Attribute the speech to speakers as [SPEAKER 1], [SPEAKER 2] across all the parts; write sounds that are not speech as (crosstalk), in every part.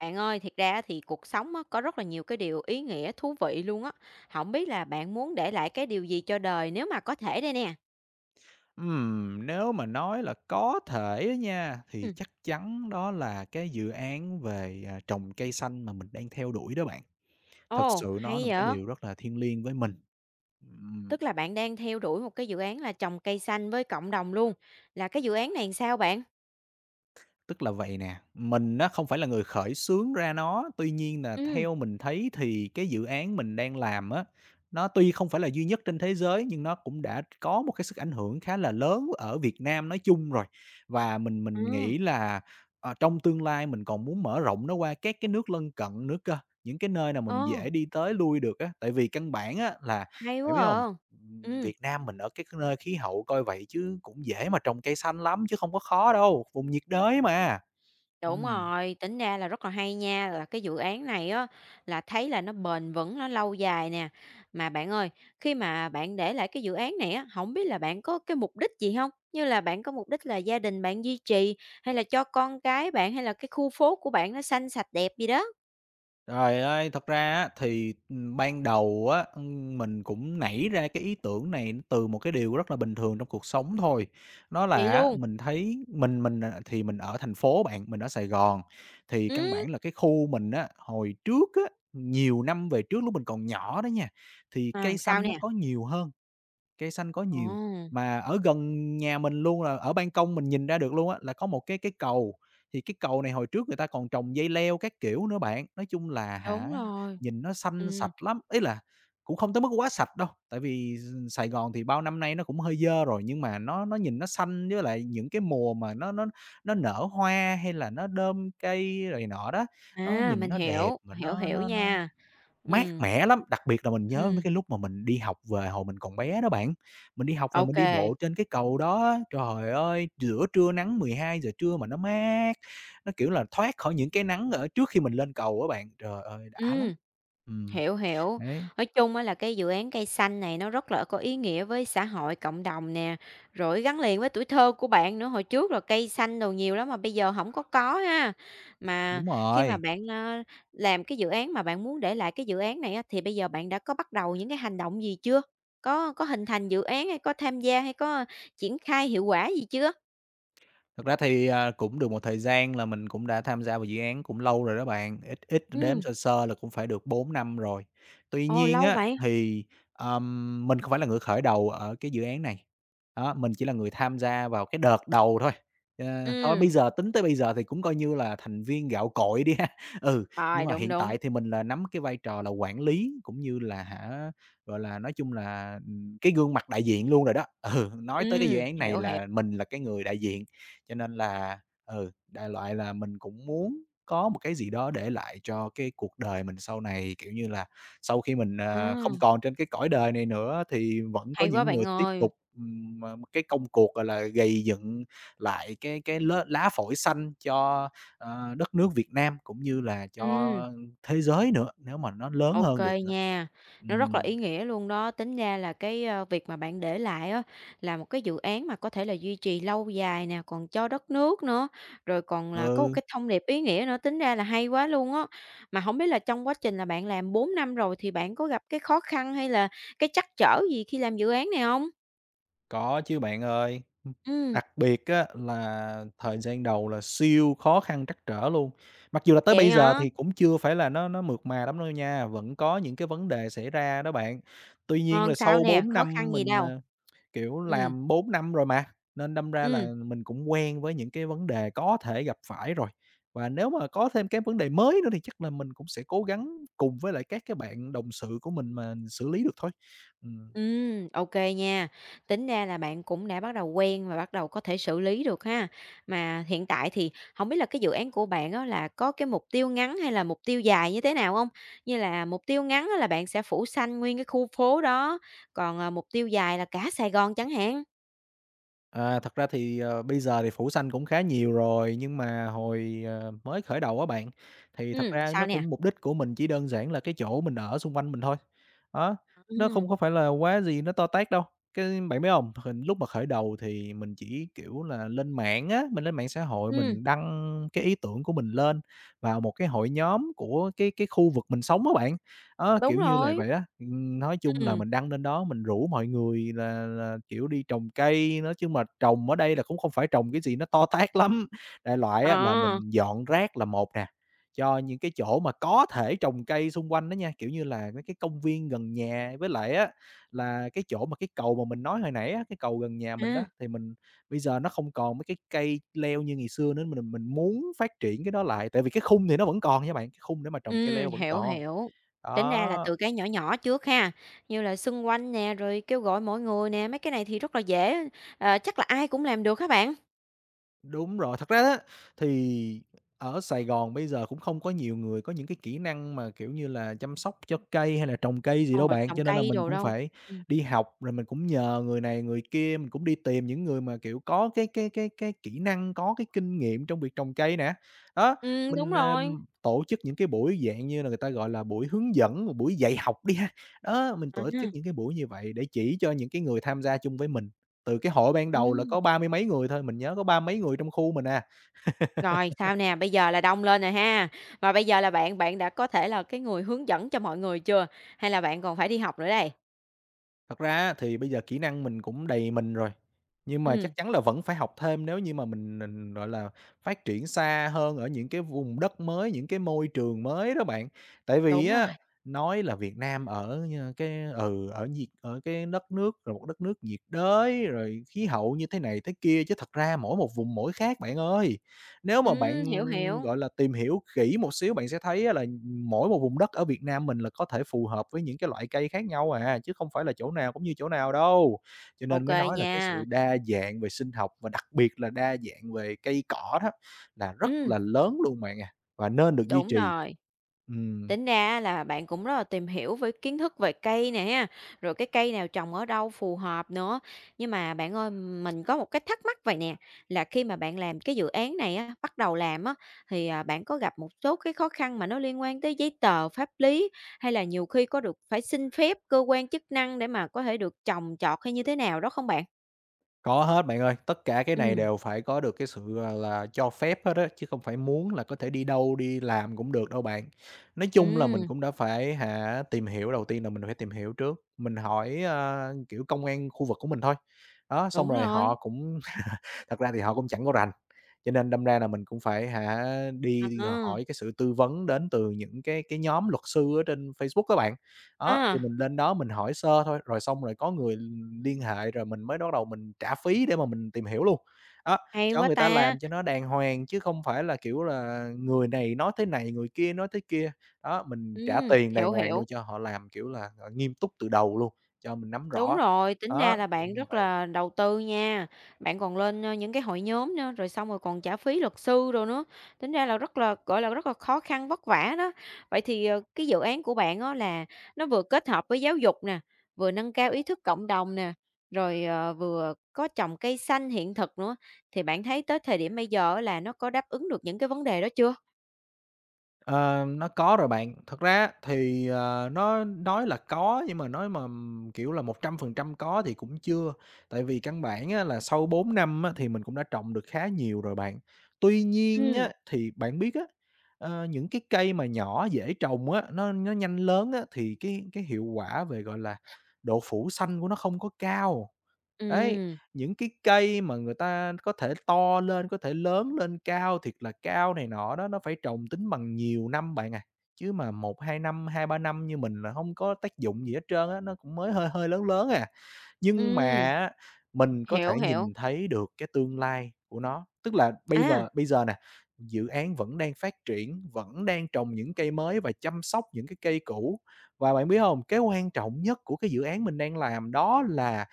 [SPEAKER 1] Bạn ơi, thiệt ra thì cuộc sống á, có rất là nhiều cái điều ý nghĩa thú vị luôn á. Không biết là bạn muốn để lại cái điều gì cho đời nếu mà có thể đây nè?
[SPEAKER 2] Nếu mà nói là có thể á nha, thì
[SPEAKER 1] Ừm.
[SPEAKER 2] chắc chắn đó là cái dự án về, trồng cây xanh mà mình đang theo đuổi đó bạn. Thật
[SPEAKER 1] Ồ,
[SPEAKER 2] sự nó
[SPEAKER 1] hay
[SPEAKER 2] là một cái
[SPEAKER 1] vậy!
[SPEAKER 2] điều rất là thiêng liêng với mình. Ừm.
[SPEAKER 1] Tức là bạn đang theo đuổi một cái dự án là trồng cây xanh với cộng đồng luôn. Là cái dự án này làm sao bạn?
[SPEAKER 2] Tức là vậy nè, mình á không phải là người khởi xướng ra nó, tuy nhiên là
[SPEAKER 1] Ừ.
[SPEAKER 2] theo mình thấy thì cái dự án mình đang làm á, nó tuy không phải là duy nhất trên thế giới nhưng nó cũng đã có một cái sức ảnh hưởng khá là lớn ở Việt Nam nói chung rồi. Và mình
[SPEAKER 1] Ờ,
[SPEAKER 2] mình nghĩ là, trong tương lai mình còn muốn mở rộng nó qua các cái nước lân cận nữa cơ, những cái nơi nào
[SPEAKER 1] ờ,
[SPEAKER 2] mình dễ đi tới lui được á. Tại vì căn bản á là
[SPEAKER 1] Hay
[SPEAKER 2] bạn biết
[SPEAKER 1] quá
[SPEAKER 2] không.
[SPEAKER 1] à! Ừ.
[SPEAKER 2] Việt Nam mình ở cái nơi khí hậu coi vậy chứ cũng dễ mà trồng cây xanh lắm chứ không có khó đâu, vùng nhiệt đới mà.
[SPEAKER 1] Đúng
[SPEAKER 2] Ừm.
[SPEAKER 1] rồi, tính ra là rất là hay nha, là cái dự án này á là thấy là nó bền vững, nó lâu dài nè. Mà bạn ơi, khi mà bạn để lại cái dự án này á, không biết là bạn có cái mục đích gì không? Như là bạn có mục đích là gia đình bạn duy trì, hay là cho con cái bạn, hay là cái khu phố của bạn nó xanh sạch đẹp gì đó?
[SPEAKER 2] Trời ơi, thật ra á, thì ban đầu á, mình cũng nảy ra cái ý tưởng này từ một cái điều rất là bình thường trong cuộc sống thôi. Đó
[SPEAKER 1] Vậy
[SPEAKER 2] là á,
[SPEAKER 1] luôn?
[SPEAKER 2] mình thấy mình, thì mình ở thành phố bạn, mình ở Sài Gòn, thì căn
[SPEAKER 1] Ừm,
[SPEAKER 2] bản là cái khu mình á hồi trước á, nhiều năm về trước lúc mình còn nhỏ đó nha, thì
[SPEAKER 1] à,
[SPEAKER 2] cây
[SPEAKER 1] sao
[SPEAKER 2] xanh
[SPEAKER 1] nè?
[SPEAKER 2] nó có nhiều hơn. Cây xanh có
[SPEAKER 1] Ồ,
[SPEAKER 2] nhiều, mà ở gần nhà mình luôn, là ở ban công mình nhìn ra được luôn á, là có một cái cầu, thì cái cầu này hồi trước người ta còn trồng dây leo các kiểu nữa bạn. Nói chung là
[SPEAKER 1] đúng
[SPEAKER 2] hả,
[SPEAKER 1] rồi.
[SPEAKER 2] nhìn nó xanh
[SPEAKER 1] Ừm,
[SPEAKER 2] sạch lắm, ý là cũng không tới mức quá sạch đâu, tại vì Sài Gòn thì bao năm nay nó cũng hơi dơ rồi, nhưng mà nó nhìn nó xanh, với lại những cái mùa mà nó nở hoa hay là nó đơm cây này nọ đó, nó
[SPEAKER 1] à,
[SPEAKER 2] nhìn
[SPEAKER 1] mình
[SPEAKER 2] nó đẹp
[SPEAKER 1] hiểu,
[SPEAKER 2] mà
[SPEAKER 1] hiểu,
[SPEAKER 2] nó
[SPEAKER 1] hiểu
[SPEAKER 2] nó nó
[SPEAKER 1] nha.
[SPEAKER 2] mát
[SPEAKER 1] Ừm.
[SPEAKER 2] mẻ lắm, đặc biệt là mình nhớ mấy
[SPEAKER 1] Ừm,
[SPEAKER 2] cái lúc mà mình đi học về hồi mình còn bé đó bạn. Mình đi học về
[SPEAKER 1] ok
[SPEAKER 2] mình đi
[SPEAKER 1] kê.
[SPEAKER 2] bộ trên cái cầu đó á, trời ơi, giữa trưa nắng 12 giờ trưa mà nó mát, nó, kiểu là, thoát khỏi những cái nắng ở trước khi mình lên cầu á bạn, trời ơi, đã lắm. Ừm,
[SPEAKER 1] Hiểu, hiểu.
[SPEAKER 2] đấy,
[SPEAKER 1] Nói chung á là cái dự án cây xanh này nó rất là có ý nghĩa với xã hội, cộng đồng nè, rồi gắn liền với tuổi thơ của bạn nữa. Hồi trước là cây xanh đồ nhiều lắm mà bây giờ không có có ha. Mà
[SPEAKER 2] đúng
[SPEAKER 1] khi mà
[SPEAKER 2] rồi.
[SPEAKER 1] bạn làm cái dự án mà bạn muốn để lại cái dự án này á, thì bây giờ bạn đã có bắt đầu những cái hành động gì chưa? Có hình thành dự án hay có tham gia hay có triển khai hiệu quả gì chưa?
[SPEAKER 2] Thật ra thì, cũng được một thời gian là mình cũng đã tham gia vào dự án cũng lâu rồi đó bạn, ít ít đếm
[SPEAKER 1] Ừm,
[SPEAKER 2] sơ sơ là cũng phải được 4 năm rồi. Tuy
[SPEAKER 1] ồ,
[SPEAKER 2] nhiên
[SPEAKER 1] lâu
[SPEAKER 2] á,
[SPEAKER 1] vậy?
[SPEAKER 2] thì, mình không phải là người khởi đầu ở cái dự án này, đó, mình chỉ là người tham gia vào cái đợt đầu thôi. Ờ, thôi bây
[SPEAKER 1] Ừm,
[SPEAKER 2] giờ tính tới bây giờ thì cũng coi như là thành viên gạo cội đi ha. (laughs) Ừ,
[SPEAKER 1] rồi,
[SPEAKER 2] nhưng mà
[SPEAKER 1] đúng,
[SPEAKER 2] hiện
[SPEAKER 1] đúng.
[SPEAKER 2] tại thì mình là nắm cái vai trò là quản lý cũng như là hả, gọi là, nói chung là, cái gương mặt đại diện luôn rồi đó. Ừ, nói tới cái dự án này
[SPEAKER 1] Hiểu, hiểu.
[SPEAKER 2] là mình là cái người đại diện. Cho nên là, ừ, đại loại là mình cũng muốn có một cái gì đó để lại cho cái cuộc đời mình sau này, kiểu như là, sau khi mình,
[SPEAKER 1] À,
[SPEAKER 2] không còn trên cái cõi đời này nữa thì vẫn có
[SPEAKER 1] hay quá
[SPEAKER 2] những
[SPEAKER 1] bạn
[SPEAKER 2] người tiếp
[SPEAKER 1] ơi.
[SPEAKER 2] tục, mà cái công cuộc, gọi là, gầy dựng lại cái cái lá phổi xanh cho, đất nước Việt Nam cũng như là cho
[SPEAKER 1] Ừm.
[SPEAKER 2] thế giới nữa, nếu mà nó lớn
[SPEAKER 1] OK
[SPEAKER 2] hơn được nữa.
[SPEAKER 1] nha, nó rất là
[SPEAKER 2] Ừm,
[SPEAKER 1] ý nghĩa luôn đó. Tính ra là việc mà bạn để lại á, là một cái dự án mà có thể là duy trì lâu dài nè, còn cho đất nước nữa, rồi còn là có một
[SPEAKER 2] ừ.
[SPEAKER 1] cái thông điệp ý nghĩa nữa, tính ra là hay quá luôn á. Mà không biết là trong quá trình là bạn làm 4 năm rồi thì bạn có gặp cái khó khăn hay là cái trắc trở gì khi làm dự án này không?
[SPEAKER 2] Có chứ bạn ơi,
[SPEAKER 1] Ừm,
[SPEAKER 2] đặc biệt á là thời gian đầu là siêu khó khăn trắc trở luôn. Mặc dù là tới
[SPEAKER 1] vậy
[SPEAKER 2] bây giờ
[SPEAKER 1] hả?
[SPEAKER 2] thì cũng chưa phải là nó mượt mà lắm đâu nha, vẫn có những cái vấn đề xảy ra đó bạn. Tuy nhiên
[SPEAKER 1] Ờ,
[SPEAKER 2] là
[SPEAKER 1] sao
[SPEAKER 2] sau
[SPEAKER 1] nè,
[SPEAKER 2] 4
[SPEAKER 1] khó
[SPEAKER 2] năm
[SPEAKER 1] khăn gì
[SPEAKER 2] mình,
[SPEAKER 1] đâu?
[SPEAKER 2] kiểu,
[SPEAKER 1] Ừ,
[SPEAKER 2] làm 4 năm rồi mà, nên đâm ra
[SPEAKER 1] ừ.
[SPEAKER 2] là mình cũng quen với những cái vấn đề có thể gặp phải rồi. Và nếu mà có thêm cái vấn đề mới nữa thì chắc là mình cũng sẽ cố gắng cùng với lại các cái bạn đồng sự của mình mà xử lý được thôi. Ừm.
[SPEAKER 1] Ok nha. Tính ra là bạn cũng đã bắt đầu quen và bắt đầu có thể xử lý được ha. Mà hiện tại thì không biết là cái dự án của bạn đó là có cái mục tiêu ngắn hay là mục tiêu dài như thế nào không? Như là mục tiêu ngắn á là bạn sẽ phủ xanh nguyên cái khu phố đó, còn mục tiêu dài là cả Sài Gòn chẳng hạn.
[SPEAKER 2] À, thật ra thì, bây giờ thì phủ xanh cũng khá nhiều rồi, nhưng mà hồi, mới khởi đầu á bạn, thì thật ra
[SPEAKER 1] Sao
[SPEAKER 2] nó
[SPEAKER 1] nè?
[SPEAKER 2] cũng mục đích của mình chỉ đơn giản là cái chỗ mình ở xung quanh mình thôi. Đó, nó
[SPEAKER 1] Ừm.
[SPEAKER 2] không có phải là quá gì nó to tát đâu. Cái bạn biết hông, hình lúc mà khởi đầu thì mình chỉ, kiểu là, lên mạng á, mình lên mạng xã hội
[SPEAKER 1] Ừm,
[SPEAKER 2] mình đăng cái ý tưởng của mình lên vào một cái hội nhóm của cái khu vực mình sống á bạn. Đó,
[SPEAKER 1] đúng
[SPEAKER 2] kiểu như là
[SPEAKER 1] rồi.
[SPEAKER 2] vậy á. Nói chung là
[SPEAKER 1] Ừm,
[SPEAKER 2] mình đăng lên đó mình rủ mọi người là, kiểu, đi trồng cây, nói chứ mà trồng ở đây là cũng không phải trồng cái gì nó to tát lắm. Đại loại á là
[SPEAKER 1] ờ,
[SPEAKER 2] mình dọn rác là một nè, cho những cái chỗ mà có thể trồng cây xung quanh đó nha, kiểu như là, mấy cái công viên gần nhà. Với lại á là cái chỗ mà cái cầu mà mình nói hồi nãy á, cái cầu gần nhà mình đó,
[SPEAKER 1] ha.
[SPEAKER 2] thì mình bây giờ nó không còn mấy cái cây leo như ngày xưa nữa, mình muốn phát triển cái đó lại. Tại vì cái khung thì nó vẫn còn nha bạn, cái khung để mà trồng cây leo vẫn
[SPEAKER 1] Hiểu,
[SPEAKER 2] còn.
[SPEAKER 1] hiểu. Tính ra là
[SPEAKER 2] Đó,
[SPEAKER 1] từ cái nhỏ nhỏ trước ha, như là xung quanh nè, rồi kêu gọi mọi người nè, mấy cái này thì rất là dễ, chắc là ai cũng làm được các bạn?
[SPEAKER 2] đúng rồi. Thật ra á, thì ở Sài Gòn bây giờ cũng không có nhiều người có những cái kỹ năng mà, kiểu như là, chăm sóc cho cây hay là trồng cây gì đâu
[SPEAKER 1] Ồ,
[SPEAKER 2] bạn,
[SPEAKER 1] trồng
[SPEAKER 2] cho nên là
[SPEAKER 1] cây
[SPEAKER 2] mình
[SPEAKER 1] đồ
[SPEAKER 2] cũng
[SPEAKER 1] đâu
[SPEAKER 2] phải
[SPEAKER 1] ừm.
[SPEAKER 2] đi học, rồi mình cũng nhờ người này người kia, mình cũng đi tìm những người mà, kiểu, có cái cái kỹ năng, có cái kinh nghiệm trong việc trồng cây nè. Đó,
[SPEAKER 1] Đúng
[SPEAKER 2] mình,
[SPEAKER 1] rồi.
[SPEAKER 2] tổ chức những cái buổi dạng như là người ta gọi là buổi hướng dẫn, buổi dạy học đi ha. Đó, mình
[SPEAKER 1] À,
[SPEAKER 2] tổ chức những cái buổi như vậy để chỉ cho những cái người tham gia chung với mình. Từ cái hội ban đầu là
[SPEAKER 1] ừm.
[SPEAKER 2] có ba mươi mấy người thôi, mình nhớ có ba mấy người trong khu mình à.
[SPEAKER 1] Rồi, sao nè? Bây giờ là đông lên rồi ha, và bây giờ là bạn bạn đã có thể là cái người hướng dẫn cho mọi người chưa? Hay là bạn còn phải đi học nữa đây?
[SPEAKER 2] Thật ra á thì bây giờ kỹ năng mình cũng đầy mình rồi, nhưng mà
[SPEAKER 1] Ừm,
[SPEAKER 2] chắc chắn là vẫn phải học thêm nếu như mà mình, gọi là, phát triển xa hơn ở những cái vùng đất mới, những cái môi trường mới đó bạn. Tại vì
[SPEAKER 1] đúng rồi.
[SPEAKER 2] á, nói là Việt Nam ở, cái ở cái đất nước là một đất nước nhiệt đới, rồi khí hậu như thế này thế kia, chứ thật ra mỗi một vùng mỗi khác bạn ơi. Nếu mà
[SPEAKER 1] Hiểu,
[SPEAKER 2] bạn,
[SPEAKER 1] hiểu.
[SPEAKER 2] gọi là, tìm hiểu kỹ một xíu bạn sẽ thấy á là mỗi một vùng đất ở Việt Nam mình là có thể phù hợp với những cái loại cây khác nhau à, chứ không phải là chỗ nào cũng như chỗ nào đâu. Cho nên
[SPEAKER 1] OK
[SPEAKER 2] mới nói là cái sự
[SPEAKER 1] nha.
[SPEAKER 2] đa dạng về sinh học và đặc biệt là đa dạng về cây cỏ đó là rất
[SPEAKER 1] Ừm,
[SPEAKER 2] là lớn luôn bạn à, và nên được duy
[SPEAKER 1] đúng
[SPEAKER 2] trì.
[SPEAKER 1] rồi.
[SPEAKER 2] Ừm.
[SPEAKER 1] Tính ra á là bạn cũng rất là tìm hiểu với kiến thức về cây nè ha, rồi cái cây nào trồng ở đâu phù hợp nữa. Nhưng mà bạn ơi, mình có một cái thắc mắc vậy nè, là khi mà bạn làm cái dự án này á, bắt đầu làm á, thì bạn có gặp một số cái khó khăn mà nó liên quan tới giấy tờ, pháp lý, hay là nhiều khi có được phải xin phép cơ quan chức năng để mà có thể được trồng trọt hay như thế nào đó không bạn?
[SPEAKER 2] Có hết bạn ơi, tất cả cái này
[SPEAKER 1] Ừm,
[SPEAKER 2] đều phải có được cái sự, là cho phép hết á, chứ không phải muốn là có thể đi đâu, đi làm cũng được đâu bạn. Nói chung là mình
[SPEAKER 1] ừm,
[SPEAKER 2] cũng đã phải hả, tìm hiểu, đầu tiên là mình phải tìm hiểu trước, mình hỏi, kiểu, công an khu vực của mình thôi. Đó, xong
[SPEAKER 1] đúng
[SPEAKER 2] rồi
[SPEAKER 1] rồi.
[SPEAKER 2] họ cũng. Thật ra thì họ cũng chẳng có rành, cho nên đâm ra là mình cũng phải hả, đi
[SPEAKER 1] À,
[SPEAKER 2] hỏi cái sự tư vấn đến từ những cái nhóm luật sư ở trên Facebook các bạn. Đó, thì
[SPEAKER 1] à,
[SPEAKER 2] mình lên đó mình hỏi sơ thôi, rồi xong rồi có người liên hệ rồi mình mới bắt đầu mình trả phí để mà mình tìm hiểu luôn. Đó,
[SPEAKER 1] hay
[SPEAKER 2] cho
[SPEAKER 1] quá
[SPEAKER 2] người ta làm
[SPEAKER 1] ta!
[SPEAKER 2] cho nó đàng hoàng chứ không phải là, kiểu là, người này nói thế này, người kia nói thế kia. Đó, mình trả tiền đàng
[SPEAKER 1] Hiểu,
[SPEAKER 2] hoàng
[SPEAKER 1] hiểu.
[SPEAKER 2] luôn cho họ làm, kiểu là, ờ, nghiêm túc từ đầu luôn, cho mình nắm
[SPEAKER 1] Đúng
[SPEAKER 2] rõ.
[SPEAKER 1] rồi, tính ra
[SPEAKER 2] Đó,
[SPEAKER 1] là
[SPEAKER 2] kiểu
[SPEAKER 1] bạn
[SPEAKER 2] như
[SPEAKER 1] rất
[SPEAKER 2] vậy.
[SPEAKER 1] là đầu tư nha. Bạn còn lên những cái hội nhóm nữa, rồi xong rồi còn trả phí luật sư rồi nữa. Tính ra là rất là, gọi là, rất là khó khăn vất vả đó. Vậy thì cái dự án của bạn đó là nó vừa kết hợp với giáo dục nè, vừa nâng cao ý thức cộng đồng nè, rồi vừa có trồng cây xanh hiện thực nữa, thì bạn thấy tới thời điểm bây giờ á là nó có đáp ứng được những cái vấn đề đó chưa?
[SPEAKER 2] Ờ, nó có rồi bạn. Thật ra thì, nó nói là có nhưng mà nói mà, kiểu là, 100% có thì cũng chưa, tại vì căn bản á là sau 4 năm á thì mình cũng đã trồng được khá nhiều rồi bạn. Tuy nhiên
[SPEAKER 1] Ừm,
[SPEAKER 2] á, thì bạn biết á, những cái cây mà nhỏ dễ trồng á, nó nhanh lớn á thì cái hiệu quả về, gọi là, độ phủ xanh của nó không có cao. Đấy,
[SPEAKER 1] ừm,
[SPEAKER 2] những cái cây mà người ta có thể to lên, có thể lớn lên, cao thiệt là cao này nọ đó, nó phải trồng tính bằng nhiều năm bạn à, chứ mà một 2 năm, 2 3 năm như mình là không có tác dụng gì hết trơn á, nó cũng mới hơi hơi lớn lớn à. Nhưng mà
[SPEAKER 1] ừm,
[SPEAKER 2] á, mình có
[SPEAKER 1] hiểu,
[SPEAKER 2] thể
[SPEAKER 1] hiểu.
[SPEAKER 2] nhìn thấy được cái tương lai của nó, tức là bây
[SPEAKER 1] À,
[SPEAKER 2] giờ bây giờ nè, dự án vẫn đang phát triển, vẫn đang trồng những cây mới và chăm sóc những cái cây cũ. Và bạn biết không, cái quan trọng nhất của cái dự án mình đang làm đó là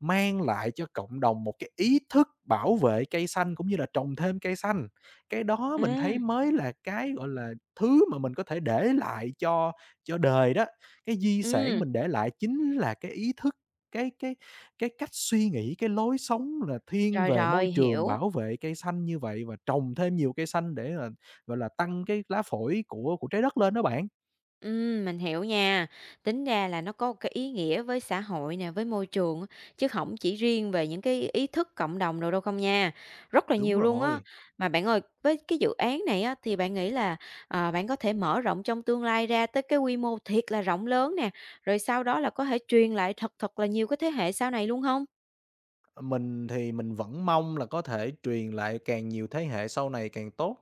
[SPEAKER 2] mang lại cho cộng đồng một cái ý thức bảo vệ cây xanh cũng như là trồng thêm cây xanh. Cái đó
[SPEAKER 1] à,
[SPEAKER 2] mình thấy mới là cái, gọi là, thứ mà mình có thể để lại cho đời đó. Cái di sản
[SPEAKER 1] ừm,
[SPEAKER 2] mình để lại chính là cái ý thức, cái cái cách suy nghĩ, cái lối sống là thiên
[SPEAKER 1] rồi,
[SPEAKER 2] về
[SPEAKER 1] rồi,
[SPEAKER 2] môi trường,
[SPEAKER 1] hiểu.
[SPEAKER 2] bảo vệ cây xanh như vậy và trồng thêm nhiều cây xanh để, gọi là, tăng cái lá phổi của trái đất lên đó bạn.
[SPEAKER 1] Mình hiểu nha. Tính ra là nó có cái ý nghĩa với xã hội nè, với môi trường á, chứ không chỉ riêng về những cái ý thức cộng đồng đồ đâu không nha. Rất là
[SPEAKER 2] Đúng
[SPEAKER 1] nhiều luôn á.
[SPEAKER 2] rồi.
[SPEAKER 1] Mà bạn ơi, với cái dự án này á, thì bạn nghĩ là, bạn có thể mở rộng trong tương lai ra tới cái quy mô thiệt là rộng lớn nè, rồi sau đó là có thể truyền lại thật thật là nhiều cái thế hệ sau này luôn không?
[SPEAKER 2] Mình thì mình vẫn mong là có thể truyền lại càng nhiều thế hệ sau này càng tốt,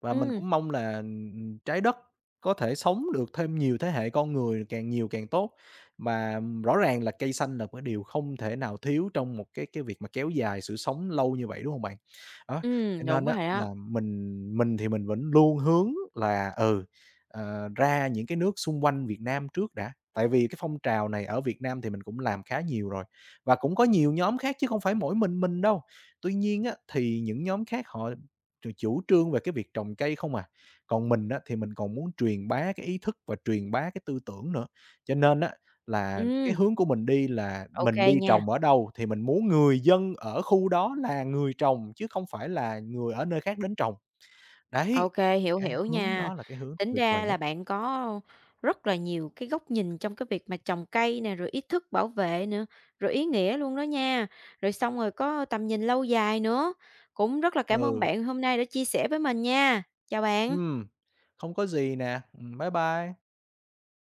[SPEAKER 2] và mình
[SPEAKER 1] Ừm,
[SPEAKER 2] cũng mong là, Trái Đất có thể sống được thêm nhiều thế hệ con người, càng nhiều càng tốt. Mà rõ ràng là cây xanh là một cái điều không thể nào thiếu trong một cái việc mà kéo dài sự sống lâu như vậy, đúng không bạn? Đó, cho
[SPEAKER 1] đúng
[SPEAKER 2] nên
[SPEAKER 1] rồi
[SPEAKER 2] á
[SPEAKER 1] đó.
[SPEAKER 2] là mình thì mình vẫn luôn hướng là, ra những cái nước xung quanh Việt Nam trước đã, tại vì cái phong trào này ở Việt Nam thì mình cũng làm khá nhiều rồi, và cũng có nhiều nhóm khác chứ không phải mỗi mình đâu. Tuy nhiên á, thì những nhóm khác họ rồi chủ trương về cái việc trồng cây không à. Còn mình á, thì mình còn muốn truyền bá cái ý thức và truyền bá cái tư tưởng nữa. Cho nên á, là cái
[SPEAKER 1] Ừm,
[SPEAKER 2] hướng của mình đi là
[SPEAKER 1] ô
[SPEAKER 2] mình đi
[SPEAKER 1] nha.
[SPEAKER 2] trồng ở đâu thì mình muốn người dân ở khu đó là người trồng chứ không phải là người ở nơi khác đến trồng. Đấy,
[SPEAKER 1] OK, hiểu,
[SPEAKER 2] cái
[SPEAKER 1] hiểu
[SPEAKER 2] hướng
[SPEAKER 1] nha.
[SPEAKER 2] đó là cái hướng
[SPEAKER 1] Tính
[SPEAKER 2] tuyệt vời
[SPEAKER 1] ra là
[SPEAKER 2] nhất.
[SPEAKER 1] bạn có rất là nhiều cái góc nhìn trong cái việc mà trồng cây nè, rồi ý thức bảo vệ nữa, rồi ý nghĩa luôn đó nha. Rồi xong rồi có tầm nhìn lâu dài nữa. Cũng rất là cảm ơn
[SPEAKER 2] Ừ,
[SPEAKER 1] bạn hôm nay đã chia sẻ với mình nha. Chào bạn.
[SPEAKER 2] ừm, không có gì nè. Bye bye.